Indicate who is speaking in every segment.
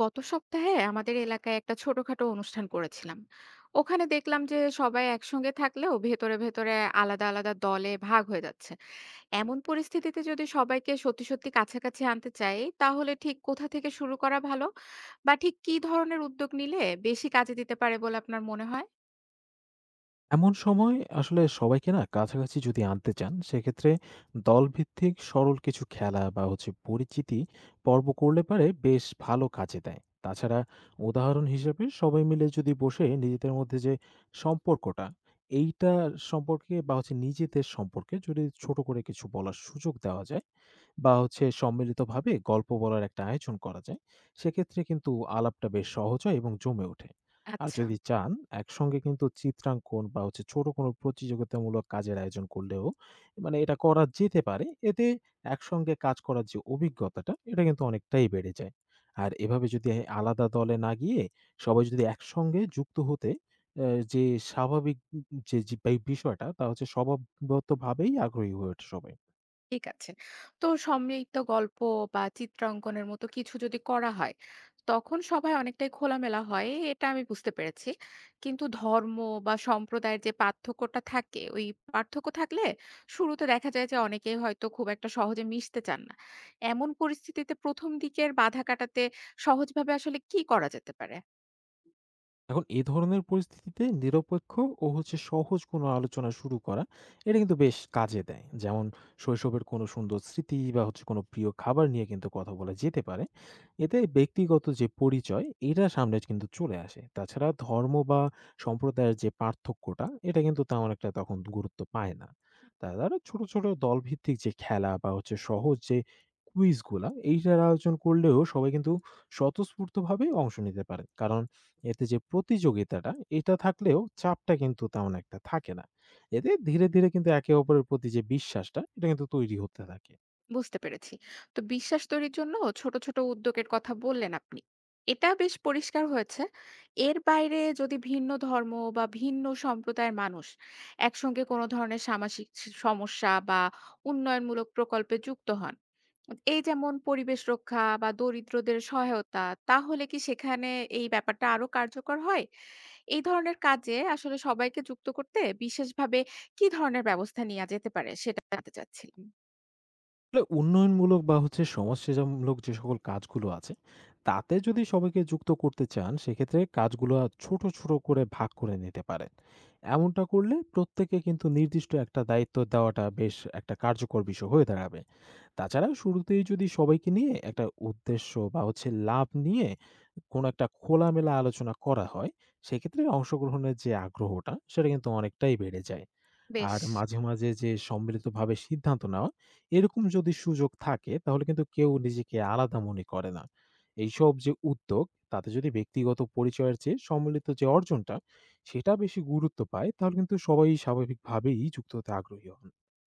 Speaker 1: গত সপ্তাহে আমাদের এলাকায় একটা ছোটখাটো অনুষ্ঠান করেছিলাম। ওখানে দেখলাম যে সবাই একসঙ্গে থাকলেও ভেতরে ভেতরে আলাদা আলাদা দলে ভাগ হয়ে যাচ্ছে। এমন পরিস্থিতিতে যদি সবাইকে সত্যি সত্যি কাছাকাছি আনতে চাই তাহলে ঠিক কোথা থেকে শুরু করা ভালো, বা ঠিক কি ধরনের উদ্যোগ নিলে বেশি কাজে দিতে পারে বলে আপনার মনে হয়?
Speaker 2: এমন সময় আসলে সবাইকে না কাছাকাছি যদি আনতে চান, সেক্ষেত্রে দলভিত্তিক সরল কিছু খেলা বা হচ্ছে পরিচিতি পর্ব করলে পারে বেশ ভালো কাজে দেয়। তাছাড়া উদাহরণ হিসেবে সবাই মিলে যদি বসে নিজেদের মধ্যে যে সম্পর্কটা, এইটা সম্পর্কে বা হচ্ছে নিজেদের সম্পর্কে যদি ছোট করে কিছু বলার সুযোগ দেওয়া যায় বা হচ্ছে সম্মিলিতভাবে গল্প বলার একটা আয়োজন করা যায়, সেক্ষেত্রে কিন্তু আলাপটা বেশ সহজ হয় এবং জমে ওঠে। আর
Speaker 1: আচ্ছা।
Speaker 2: যদি চান, একসঙ্গে কিন্তু চিত্রাঙ্কন বা হচ্ছে ছোট কোনো প্রতিযোগিতামূলক কাজের আয়োজন করলেও মানে এটা করা যেতে পারে। এতে একসঙ্গে কাজ করার যে অভিজ্ঞতাটা, এটা কিন্তু অনেকটাই বেড়ে যায়। আর এভাবে যদি আলাদা দলে না গিয়ে সবাই যদি একসঙ্গে যুক্ত হতে যে স্বাভাবিক যে যে বিষয়টা, তা হচ্ছে স্বভাবগতভাবেই আগ্রহী হয়ে ওঠে সবাই।
Speaker 1: ঠিক আছে। তো সম্মিলিত গল্প বা চিত্রাঙ্কনের মতো কিছু যদি করা হয়, তখন সবাই অনেকটাই খোলামেলা হয়, এটা আমি বুঝতে পেরেছি। কিন্তু ধর্ম বা সম্প্রদায়ের যে পার্থক্যটা থাকে, ওই পার্থক্য থাকলে শুরুতে দেখা যায় যে অনেকেই হয়তো খুব একটা সহজে মিশতে চান না। এমন পরিস্থিতিতে ১ম দিকের বাধা কাটাতে সহজভাবে আসলে কি করা যেতে পারে?
Speaker 2: এখন এ ধরনের পরিস্থিতিতে নিরপেক্ষ ও হচ্ছে সহজ কোনো আলোচনা শুরু করা, এটা কিন্তু বেশ কাজে দেয়। যেমন শৈশবের কোনো সুন্দর স্মৃতি বা হচ্ছে কোনো প্রিয় খাবার নিয়ে কিন্তু কথা বলা যেতে পারে। এতে ব্যক্তিগত যে পরিচয়, এটা সামনে কিন্তু চলে আসে। তাছাড়া ধর্ম বা সম্প্রদায়ের যে পার্থক্যটা, এটা কিন্তু তেমন একটা তখন গুরুত্ব পায় না। তারা ছোট ছোট দলভিত্তিক যে খেলা বা হচ্ছে সহজ যে কুইজগুলা, এইটার আয়োজন করলেও সবাই কিন্তু স্বতঃস্ফূর্তভাবে অংশ নিতে পারে, কারণ এতে যে প্রতিযোগিতাটা, এটা থাকলেও চাপটা কিন্তু তেমন একটা থাকে না। এতে ধীরে ধীরে কিন্তু একে অপরের প্রতি যে বিশ্বাসটা, এটা কিন্তু তৈরি হতে থাকে।
Speaker 1: বুঝতে পেরেছি। তো বিশ্বাস তৈরির জন্য ছোট, ছোট উদ্যোগের কথা বললেন আপনি। এটা বেশ পরিষ্কার হয়েছে। এর বাইরে যদি ভিন্ন ধর্ম বা ভিন্ন সম্প্রদায়ের মানুষ একসঙ্গে কোনো ধরনের সামাসিক সমস্যা বা উন্নয়নমূলক প্রকল্পে যুক্ত হন, এই যেমন পরিবেশ রক্ষা বা দরিদ্রদের সহায়তা, তাহলে কি সেখানে এই ব্যাপারটা আরো কার্যকর হয়? এই ধরনের কাজে আসলে সবাইকে যুক্ত করতে বিশেষভাবে কি ধরনের ব্যবস্থা নেয়া যেতে পারে? সেটা জানতে চাচ্ছিলাম।
Speaker 2: আসলে উন্নয়নমূলক বা হচ্ছে সমাজসেবামূলক যে সকল কাজগুলো আছে, তাতে যদি সবাইকে যুক্ত করতে চান, সেক্ষেত্রে কাজগুলো ছোট ছোট করে ভাগ করে নিতে পারেন। এমনটা করলে প্রত্যেকে কিন্তু নির্দিষ্ট একটা দায়িত্ব দেওয়াটা বেশ একটা কার্যকর বিষয় হয়ে দাঁড়াবে। তাছাড়া শুরুতেই যদি সবাইকে নিয়ে একটা উদ্দেশ্য বা হচ্ছে লাভ নিয়ে কোনো একটা খোলামেলা আলোচনা করা হয়, সেক্ষেত্রে অংশগ্রহণের যে আগ্রহটা, সেটা কিন্তু অনেকটাই বেড়ে যায়।
Speaker 1: বেশ।
Speaker 2: আর মাঝে মাঝে যে সম্মিলিতভাবে সিদ্ধান্ত নেওয়া, এরকম যদি সুযোগ থাকে, তাহলে কিন্তু কেউ নিজেকে আলাদা মনে করে না। এইসব যে উদ্যোগ, তাতে যদি ব্যক্তিগত পরিচয়ের চেয়ে সম্মিলিত যে অর্জনটা, সেটা বেশি গুরুত্ব পায়, তাহলে কিন্তু সবাই স্বাভাবিকভাবেই যুক্ত হতে আগ্রহী হন।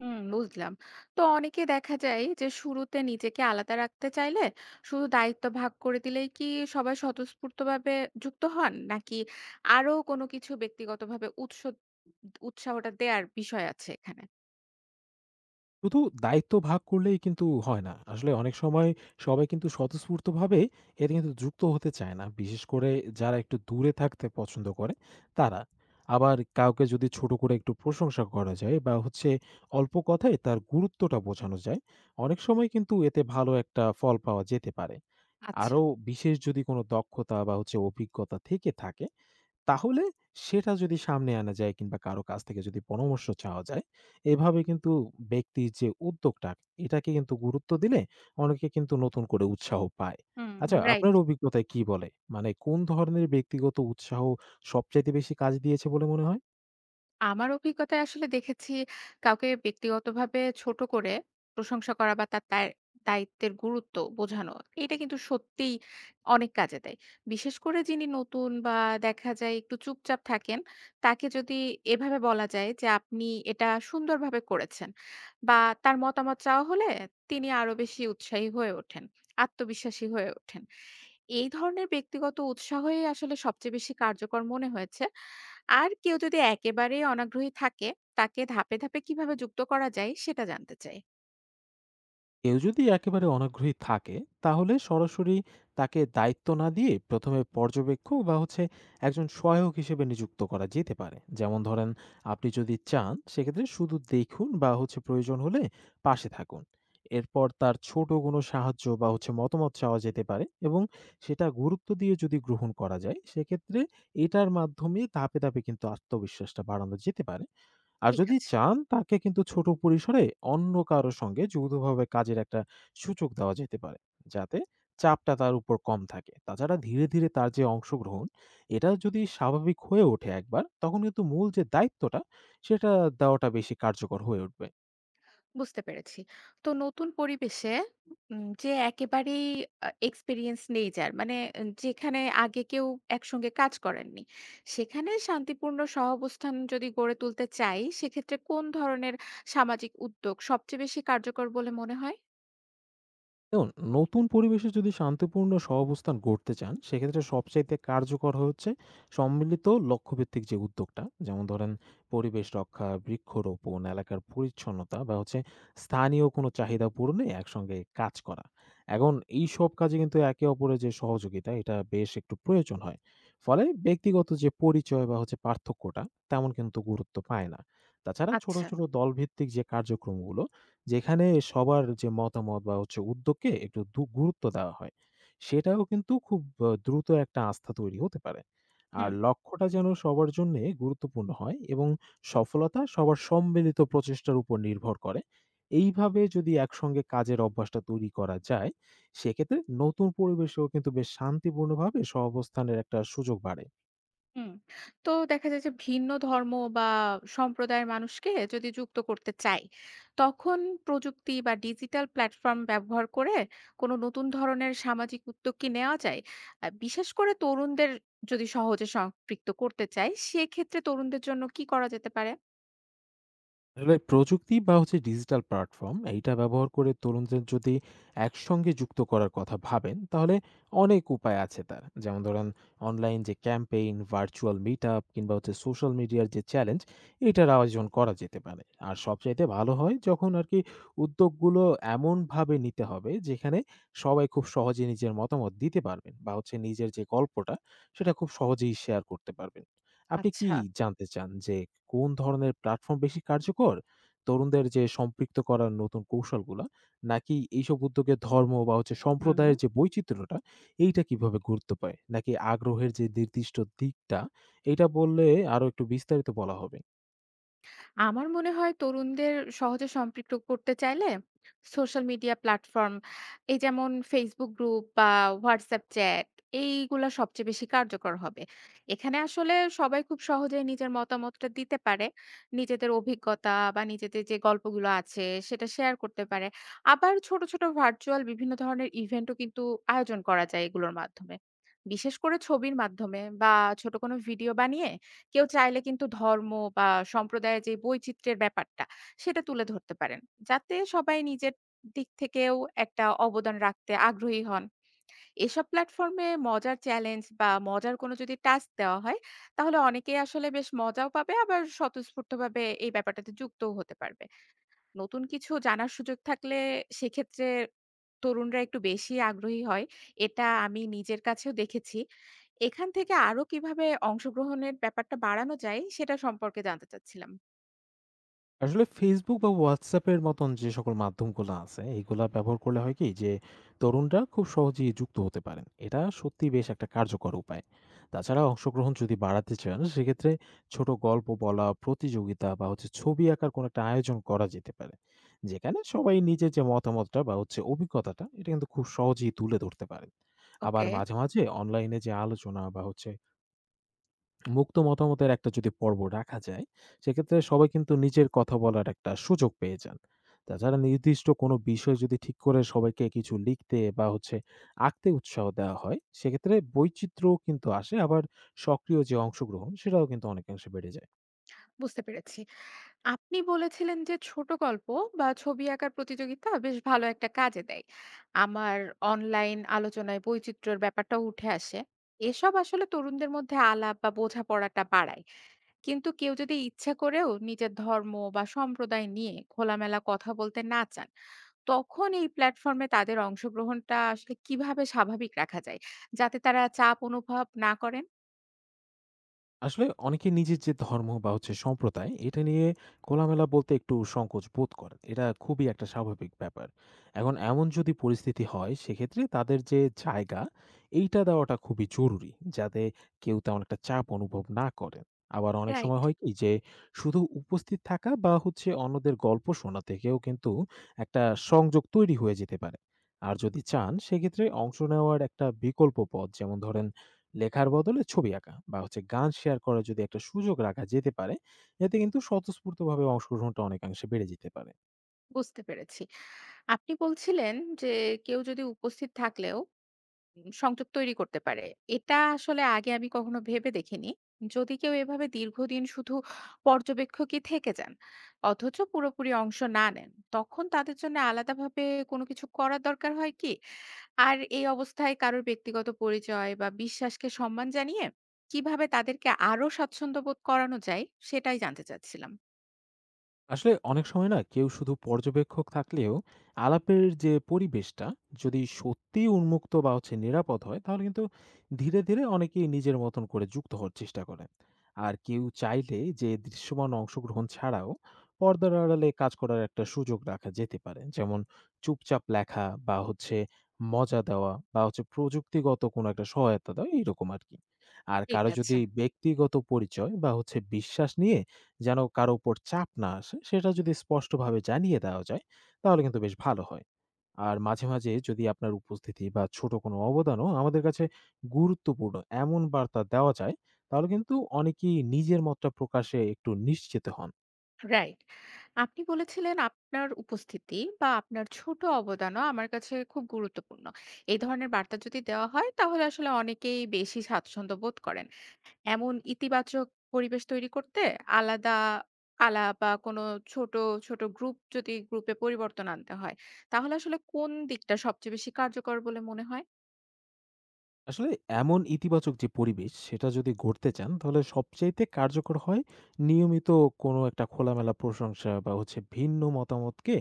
Speaker 1: হুম, বুঝলাম। তো অনেকে দেখা যায় যে শুরুতে নিজেকে আলাদা রাখতে চাইলে শুধু দায়িত্ব ভাগ করে দিলেই কি সবাই স্বতঃস্ফূর্তভাবে যুক্ত হন? নাকি আরো কোনো কিছু ব্যক্তিগতভাবে উৎসাহটা দেয়ার বিষয় আছে এখানে?
Speaker 2: শুধু দায়িত্ব ভাগ করলেই কিন্তু হয় না। আসলে অনেক সময় সবাই কিন্তু স্বতঃস্ফূর্তভাবে এতে কিন্তু যুক্ত হতে চায় না। বিশেষ করে যারা একটু দূরে থাকতে পছন্দ করে তারা। আবার কাউকে যদি ছোট করে একটু প্রশংসা করা যায় বা হচ্ছে অল্প কথায় তার গুরুত্বটা বোঝানো যায়, অনেক সময় কিন্তু এতে ভালো একটা ফল পাওয়া যেতে পারে।
Speaker 1: আচ্ছা।
Speaker 2: আরো বিশেষ যদি কোনো দক্ষতা বা হচ্ছে অভিজ্ঞতা থেকে থাকে, তাহলে সেটা যদি সামনে আনা যায় কিংবা কারো কাছ থেকে যদি পরামর্শ চাওয়া যায়, এভাবে কিন্তু ব্যক্তির যে উদ্যোগটা, এটাকে কিন্তু গুরুত্ব দিলে অনেকে কিন্তু নতুন করে উৎসাহ পায়।
Speaker 1: হুম,
Speaker 2: আচ্ছা,
Speaker 1: রাইট।
Speaker 2: আপনার অভিজ্ঞতায় কি বলে? মানে কোন ধরনের ব্যক্তিগত উৎসাহ সবচাইতে বেশি কাজ দিয়েছে বলে মনে হয়?
Speaker 1: আমার অভিজ্ঞতায় আসলে দেখেছি কাউকে ব্যক্তিগতভাবে ছোট করে প্রশংসা করা বা তার দায়িত্বের গুরুত্ব বোঝানো এটা কিন্তু সত্যিই অনেক কাজে দেয়। বিশেষ করে যিনি নতুন বা দেখা যায় একটু চুপচাপ থাকেন, তাকে যদি এভাবে বলা যায় যে আপনি এটা সুন্দরভাবে করেছেন বা তার মতামত চাওয়া হলে তিনি আরো বেশি উৎসাহী হয়ে ওঠেন, আত্মবিশ্বাসী হয়ে ওঠেন। এই ধরনের ব্যক্তিগত উৎসাহই আসলে সবচেয়ে বেশি কার্যকর মনে হয়েছে। আর কেউ যদি একেবারেই অনাগ্রহী থাকে, তাকে ধাপে, ধাপে কিভাবে যুক্ত করা যায় সেটা জানতে চাই।
Speaker 2: কেউ যদি একেবারে অনাগ্রহী থাকে, তাহলে সরাসরি তাকে দায়িত্ব না দিয়ে প্রথমে পর্যবেক্ষক বা হচ্ছে একজন সহায়ক হিসেবে নিযুক্ত করা যেতে পারে। যেমন ধরেন, আপনি যদি চান সেক্ষেত্রে শুধু দেখুন বা হচ্ছে প্রয়োজন হলে পাশে থাকুন। এরপর তার ছোট কোনো সাহায্য বা হচ্ছে মতামত চাওয়া যেতে পারে, এবং সেটা গুরুত্ব দিয়ে যদি গ্রহণ করা যায়, সেক্ষেত্রে এটার মাধ্যমে ধাপে ধাপে কিন্তু আত্মবিশ্বাসটা বাড়ানো যেতে পারে। আর
Speaker 1: ঠিক
Speaker 2: যদি
Speaker 1: আছে।
Speaker 2: চান, তাকে কিন্তু ছোট পরিসরে অন্য কারো সঙ্গে যৌথভাবে কাজের একটা সুযোগ দেওয়া যেতে পারে, যাতে চাপটা তার উপর কম থাকে। তাছাড়া ধীরে ধীরে তার যে অংশগ্রহণ, এটা যদি স্বাভাবিক হয়ে ওঠে একবার, তখন কিন্তু মূল যে দায়িত্বটা, সেটা দেওয়াটা বেশি কার্যকর হয়ে উঠবে।
Speaker 1: বুঝতে পেরেছি। তো নতুন পরিবেশে যে একেবারেই এক্সপেরিয়েন্স নেই যার, মানে যেখানে আগে কেউ একসঙ্গে কাজ করেননি, সেখানে শান্তিপূর্ণ সহাবস্থান যদি গড়ে তুলতে চাই, সেক্ষেত্রে কোন ধরনের সামাজিক উদ্যোগ সবচেয়ে বেশি কার্যকর বলে মনে হয়?
Speaker 2: দেখুন, নতুন পরিবেশে যদি শান্তিপূর্ণ সহাবস্থান গড়তে চান, সেক্ষেত্রে সবচাইতে কার্যকর হচ্ছে সম্মিলিত লক্ষ্যভিত্তিক যে উদ্যোগটা, যেমন ধরেন পরিবেশ রক্ষা, বৃক্ষরোপণ, এলাকার পরিচ্ছন্নতা বা হচ্ছে স্থানীয় কোনো চাহিদা পূরণে একসঙ্গে কাজ করা। এখন এইসব কাজে কিন্তু একে অপরের যে সহযোগিতা, এটা বেশ একটু প্রয়োজন হয়। ফলে ব্যক্তিগত যে পরিচয় বা হচ্ছে পার্থক্যটা, তেমন কিন্তু গুরুত্ব পায় না। তাছাড়া ছোট
Speaker 1: আচ্ছা।
Speaker 2: ছোট দলভিত্তিক যে কার্যক্রমগুলো, যেখানে সবার যে মতামত বা হচ্ছে উদ্যোগকে একটু গুরুত্ব দেওয়া হয়, সেটাও কিন্তু খুব দ্রুত একটা আস্থা তৈরি হতে পারে। আর
Speaker 1: হুম।
Speaker 2: লক্ষ্যটা যেন সবার জন্যে গুরুত্বপূর্ণ হয় এবং সফলতা সবার সম্মিলিত প্রচেষ্টার উপর নির্ভর করে। এইভাবে যদি একসঙ্গে কাজের অভ্যাসটা তৈরি করা যায়, সেক্ষেত্রে নতুন পরিবেশেও কিন্তু বেশ শান্তিপূর্ণভাবে সহাবস্থানের একটা সুযোগ বাড়ে।
Speaker 1: হুম। তো দেখা যায় যে ভিন্ন ধর্ম বা সম্প্রদায়ের মানুষকে যদি যুক্ত করতে চাই, তখন প্রযুক্তি বা ডিজিটাল প্ল্যাটফর্ম ব্যবহার করে কোনো নতুন ধরনের সামাজিক উদ্যোগ কি নেওয়া যায়? বিশেষ করে তরুণদের যদি সহজে সম্পৃক্ত করতে চাই, সেক্ষেত্রে তরুণদের জন্য কি করা যেতে পারে?
Speaker 2: আসলে প্রযুক্তি বা হচ্ছে ডিজিটাল প্ল্যাটফর্ম এইটা ব্যবহার করে তরুণদের যদি একসঙ্গে যুক্ত করার কথা ভাবেন, তাহলে অনেক উপায় আছে তার। যেমন ধরেন, অনলাইন যে ক্যাম্পেইন, ভার্চুয়াল মিট আপ কিংবা হচ্ছে সোশ্যাল মিডিয়ার যে চ্যালেঞ্জ, এটার আয়োজন করা যেতে পারে। আর সবচাইতে ভালো হয় যখন আর কি উদ্যোগগুলো এমনভাবে নিতে হবে যেখানে সবাই খুব সহজে নিজের মতামত দিতে পারবেন বা হচ্ছে নিজের যে গল্পটা, সেটা খুব সহজেই শেয়ার করতে পারবেন। আপনি কি
Speaker 1: আচ্ছা।
Speaker 2: জানতে চান যে কোন ধরনের প্ল্যাটফর্ম বেশি কার্যকর? তরুণদের যে সম্পৃক্ত করার নতুন কৌশলগুলা, নাকি এইসব উদ্যোগে ধর্ম বা হচ্ছে
Speaker 1: হুম।
Speaker 2: সম্প্রদায়ের যে বৈচিত্র্যটা, এইটা কিভাবে গুরুত্ব পায়? নাকি আগ্রহের যে নির্দিষ্ট দিকটা, এইটা বললে আরো একটু বিস্তারিত বলা হবে।
Speaker 1: আমার মনে হয় তরুণদের সহজে সম্পৃক্ত করতে চাইলে সোশ্যাল মিডিয়া প্ল্যাটফর্ম, এই যেমন ফেসবুক গ্রুপ বা হোয়াটসঅ্যাপ চ্যাট, এইগুলা সবচেয়ে বেশি কার্যকর হবে। এখানে আসলে সবাই খুব সহজে নিজের মতামতটা দিতে পারে, নিজেদের অভিজ্ঞতা বা নিজেদের যে গল্পগুলো আছে সেটা শেয়ার করতে পারে। আবার ছোট ছোট ভার্চুয়াল বিভিন্ন ধরনের ইভেন্টও কিন্তু আয়োজন করা যায় এগুলোর মাধ্যমে। বিশেষ করে ছবির মাধ্যমে বা ছোট কোনো ভিডিও বানিয়ে কেউ চাইলে কিন্তু ধর্ম বা সম্প্রদায়ের যে বৈচিত্র্যের ব্যাপারটা, সেটা তুলে ধরতে পারেন। যাতে সবাই নিজের দিক থেকেও একটা অবদান রাখতে আগ্রহী হন। এসব প্ল্যাটফর্মে মজার চ্যালেঞ্জ বা মজার কোনো যদি টাস্ক দেওয়া হয়, তাহলে অনেকেই আসলে বেশ মজাও পাবে, আবার স্বতঃস্ফূর্তভাবে এই ব্যাপারটাতে যুক্তও হতে পারবে। নতুন কিছু জানার সুযোগ থাকলে সেক্ষেত্রে তরুণরা একটু বেশি আগ্রহী হয়। এটা আমি নিজের কাছেও দেখেছি। এখান থেকে আরো কিভাবে অংশগ্রহণের ব্যাপারটা বাড়ানো যায় সেটা সম্পর্কে জানতে চাচ্ছিলাম।
Speaker 2: আসলে Facebook বা WhatsApp এর মতন যে সকল মাধ্যমগুলো আছে, এইগুলা ব্যবহার করলে হয় কি যে তরুণরা খুব সহজেই যুক্ত হতে পারেন। এটা সত্যিই বেশ একটা কার্যকর উপায়। তাছাড়া অংশগ্রহণ যদি বাড়াতে চান, সেক্ষেত্রে ছোট গল্প বলা, প্রতিযোগিতা বা হচ্ছে ছবি আঁকার কোনো একটা আয়োজন করা যেতে পারে, যেখানে সবাই নিজের যে মতামতটা বা হচ্ছে অভিজ্ঞতাটা, এটা কিন্তু খুব সহজেই তুলে ধরতে পারেন। আবার
Speaker 1: ওকে।
Speaker 2: মাঝে মাঝে অনলাইনে যে আলোচনা বা হচ্ছে মুক্ত মতামতের একটা যদি পর্ব রাখা যায়, সেক্ষেত্রে সবাই কিন্তু নিজের কথা বলার একটা সুযোগ পেয়ে যান। তাছাড়া নির্দিষ্ট কোনো বিষয় যদি ঠিক করে সবাইকে কিছু লিখতে বা হচ্ছে আঁকতে উৎসাহ দেওয়া হয়, সেক্ষেত্রে বৈচিত্র্যও কিন্তু আসে। আবার সক্রিয় যে অংশগ্রহণ, সেটাও কিন্তু অনেকাংশে বেড়ে যায়।
Speaker 1: বুঝতে পেরেছি। আপনি বলেছিলেন যে ছোট গল্প বা ছবি আঁকার প্রতিযোগিতা বেশ ভালো একটা কাজে দেয়। আমার অনলাইন আলোচনায় বৈচিত্র্যের ব্যাপারটাও উঠে আসে। এসব আসলে তরুণদের মধ্যে আলাপ বা বোঝাপড়াটা বাড়ায়। কিন্তু কেউ যদি ইচ্ছা করেও নিজের ধর্ম বা সম্প্রদায় নিয়ে খোলামেলা কথা বলতে না চান, তখন এই প্ল্যাটফর্মে তাদের অংশগ্রহণটা আসলে কিভাবে স্বাভাবিক রাখা যায়? যাতে তারা চাপ অনুভব না করেন?
Speaker 2: আসলে অনেকে নিজের যে ধর্ম বা হচ্ছে সম্প্রদায় এটা নিয়ে খোলামেলা বলতে একটু সংকোচ বোধ করেন, এটা খুবই একটা স্বাভাবিক ব্যাপার। এখন এমন যদি পরিস্থিতি হয়, সেক্ষেত্রে তাদের যে জায়গা, এইটা দেওয়াটা খুবই জরুরি, যাতে কেউ তেমন একটা চাপ অনুভব না করেন। আবার অনেক
Speaker 1: রাইট।
Speaker 2: সময় হয় কি যে শুধু উপস্থিত থাকা বা হচ্ছে অন্যদের গল্প শোনা থেকেও কিন্তু একটা সংযোগ তৈরি হয়ে যেতে পারে। আর যদি চান, সেক্ষেত্রে অংশ নেওয়ার একটা বিকল্প পথ, যেমন ধরেন লেখার বদলে ছবি আঁকা বা হচ্ছে গান শেয়ার করার যদি একটা সুযোগ রাখা যেতে পারে, এতে কিন্তু স্বতঃস্ফূর্তভাবে অংশগ্রহণটা অনেকাংশে বেড়ে যেতে পারে।
Speaker 1: বুঝতে পেরেছি। আপনি বলছিলেন যে, কেউ যদি উপস্থিত থাকলেও সংযোগ তৈরি করতে পারে। এটা আসলে আগে আমি কখনো ভেবে দেখিনি। যদি কেউ এভাবে দীর্ঘদিন শুধু পর্যবেক্ষকই থেকে যান, অথচ পুরোপুরি অংশ না নেন, তখন তাদের জন্য আলাদাভাবে কোনো কিছু করার দরকার হয় কি? আর এই অবস্থায় কারোর ব্যক্তিগত পরিচয় বা বিশ্বাসকে সম্মান জানিয়ে কিভাবে তাদেরকে আরো স্বাচ্ছন্দ্য বোধ করানো যায়, সেটাই জানতে চাচ্ছিলাম।
Speaker 2: আসলে অনেক সময় না কেউ শুধু পর্যবেক্ষক থাকলেও আলাপের যে পরিবেশটা যদি সত্যি উন্মুক্ত বা হচ্ছে নিরাপদ হয়, তাহলে কিন্তু ধীরে ধীরে অনেকেই নিজের মতন করে যুক্ত হওয়ার চেষ্টা করে। আর কেউ চাইলে যে দৃশ্যমান অংশগ্রহণ ছাড়াও পর্দার আড়ালে কাজ করার একটা সুযোগ রাখা যেতে পারে, যেমন চুপচাপ লেখা বা হচ্ছে মজা দেওয়া বা হচ্ছে প্রযুক্তিগত কোনো একটা সহায়তা দেওয়া, এইরকম আর কি। আর
Speaker 1: ঠিক
Speaker 2: কারো
Speaker 1: আছে।
Speaker 2: যদি ব্যক্তিগত পরিচয় বা হচ্ছে বিশ্বাস নিয়ে যেন কারো উপর চাপ না আসে, সেটা যদি স্পষ্টভাবে জানিয়ে দেওয়া যায়, তাহলে কিন্তু বেশ ভালো হয়। আর মাঝে মাঝে যদি আপনার উপস্থিতি বা ছোট কোনো অবদানও আমাদের কাছে গুরুত্বপূর্ণ, এমন বার্তা দেওয়া যায়, তাহলে কিন্তু অনেকেই নিজের মতটা প্রকাশে একটু নিশ্চিত হন।
Speaker 1: রাইট। আপনি বলেছিলেন আপনার উপস্থিতি বা আপনার ছোট অবদানও আমার কাছে খুব গুরুত্বপূর্ণ। এই ধরনের বার্তা যদি দেওয়া হয় তাহলে আসলে অনেকেই বেশি স্বাচ্ছন্দ্য বোধ করেন। এমন ইতিবাচক পরিবেশ তৈরি করতে আলাদা আলাপ বা কোনো ছোট, ছোট গ্রুপ যদি গ্রুপে পরিবর্তন আনতে হয়, তাহলে আসলে কোন দিকটা সবচেয়ে বেশি কার্যকর বলে মনে হয়?
Speaker 2: আসলে এমন ইতিবাচক যে পরিবেশ, সেটা যদি গড়তে চান, তাহলে সবচাইতে কার্যকর হয় নিয়মিত কোনো একটা খোলামেলা প্রশংসা বা হচ্ছে ভিন্ন মতামতকে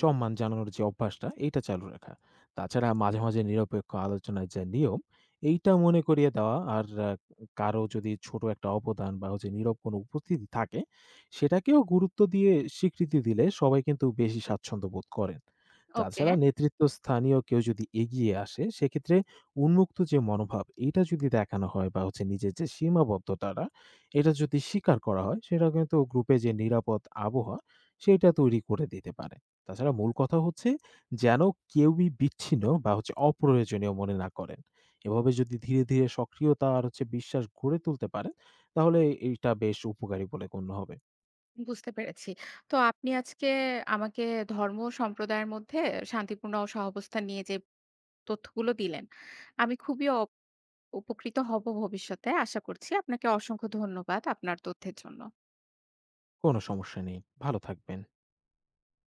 Speaker 2: সম্মান জানানোর যে অভ্যাসটা, এটা চালু রাখা। তাছাড়া মাঝে মাঝে নিরপেক্ষ আলোচনার যে নিয়ম, এইটা মনে করিয়ে দেওয়া। আর কারো যদি ছোট একটা অবদান বা হচ্ছে নীরব কোনো উপস্থিতি থাকে, সেটাকেও গুরুত্ব দিয়ে স্বীকৃতি দিলে সবাই কিন্তু বেশি স্বাচ্ছন্দ্য বোধ করেন।
Speaker 1: ওকে।
Speaker 2: তাছাড়া নেতৃত্ব স্থানীয় কেউ যদি এগিয়ে আসে, সেক্ষেত্রে উন্মুক্ত যে মনোভাব, এটা যদি দেখানো হয় বা হচ্ছে নিজের যে সীমাবদ্ধতাটা, এটা যদি স্বীকার করা হয়, সেটা কিন্তু গ্রুপে যে নিরাপদ আবহাওয়া, সেটা তৈরি করে দিতে পারে। তাছাড়া মূল কথা হচ্ছে যেন কেউই বিচ্ছিন্ন বা হচ্ছে অপ্রয়োজনীয় মনে না করেন। এভাবে যদি ধীরে ধীরে সক্রিয়তা আর হচ্ছে বিশ্বাস গড়ে তুলতে পারেন, তাহলে এটা বেশ উপকারী বলে গণ্য হবে।
Speaker 1: বুঝতে পেরেছি। তো আপনি আজকে আমাকে ধর্ম ও সম্প্রদায়ের মধ্যে শান্তিপূর্ণ ও সহাবস্থান নিয়ে যে তথ্যগুলো দিলেন, আমি খুবই উপকৃত হব ভবিষ্যতে। আশা করছি। আপনাকে অসংখ্য ধন্যবাদ আপনার তথ্যের জন্য।
Speaker 2: কোনো সমস্যা নেই। ভালো থাকবেন।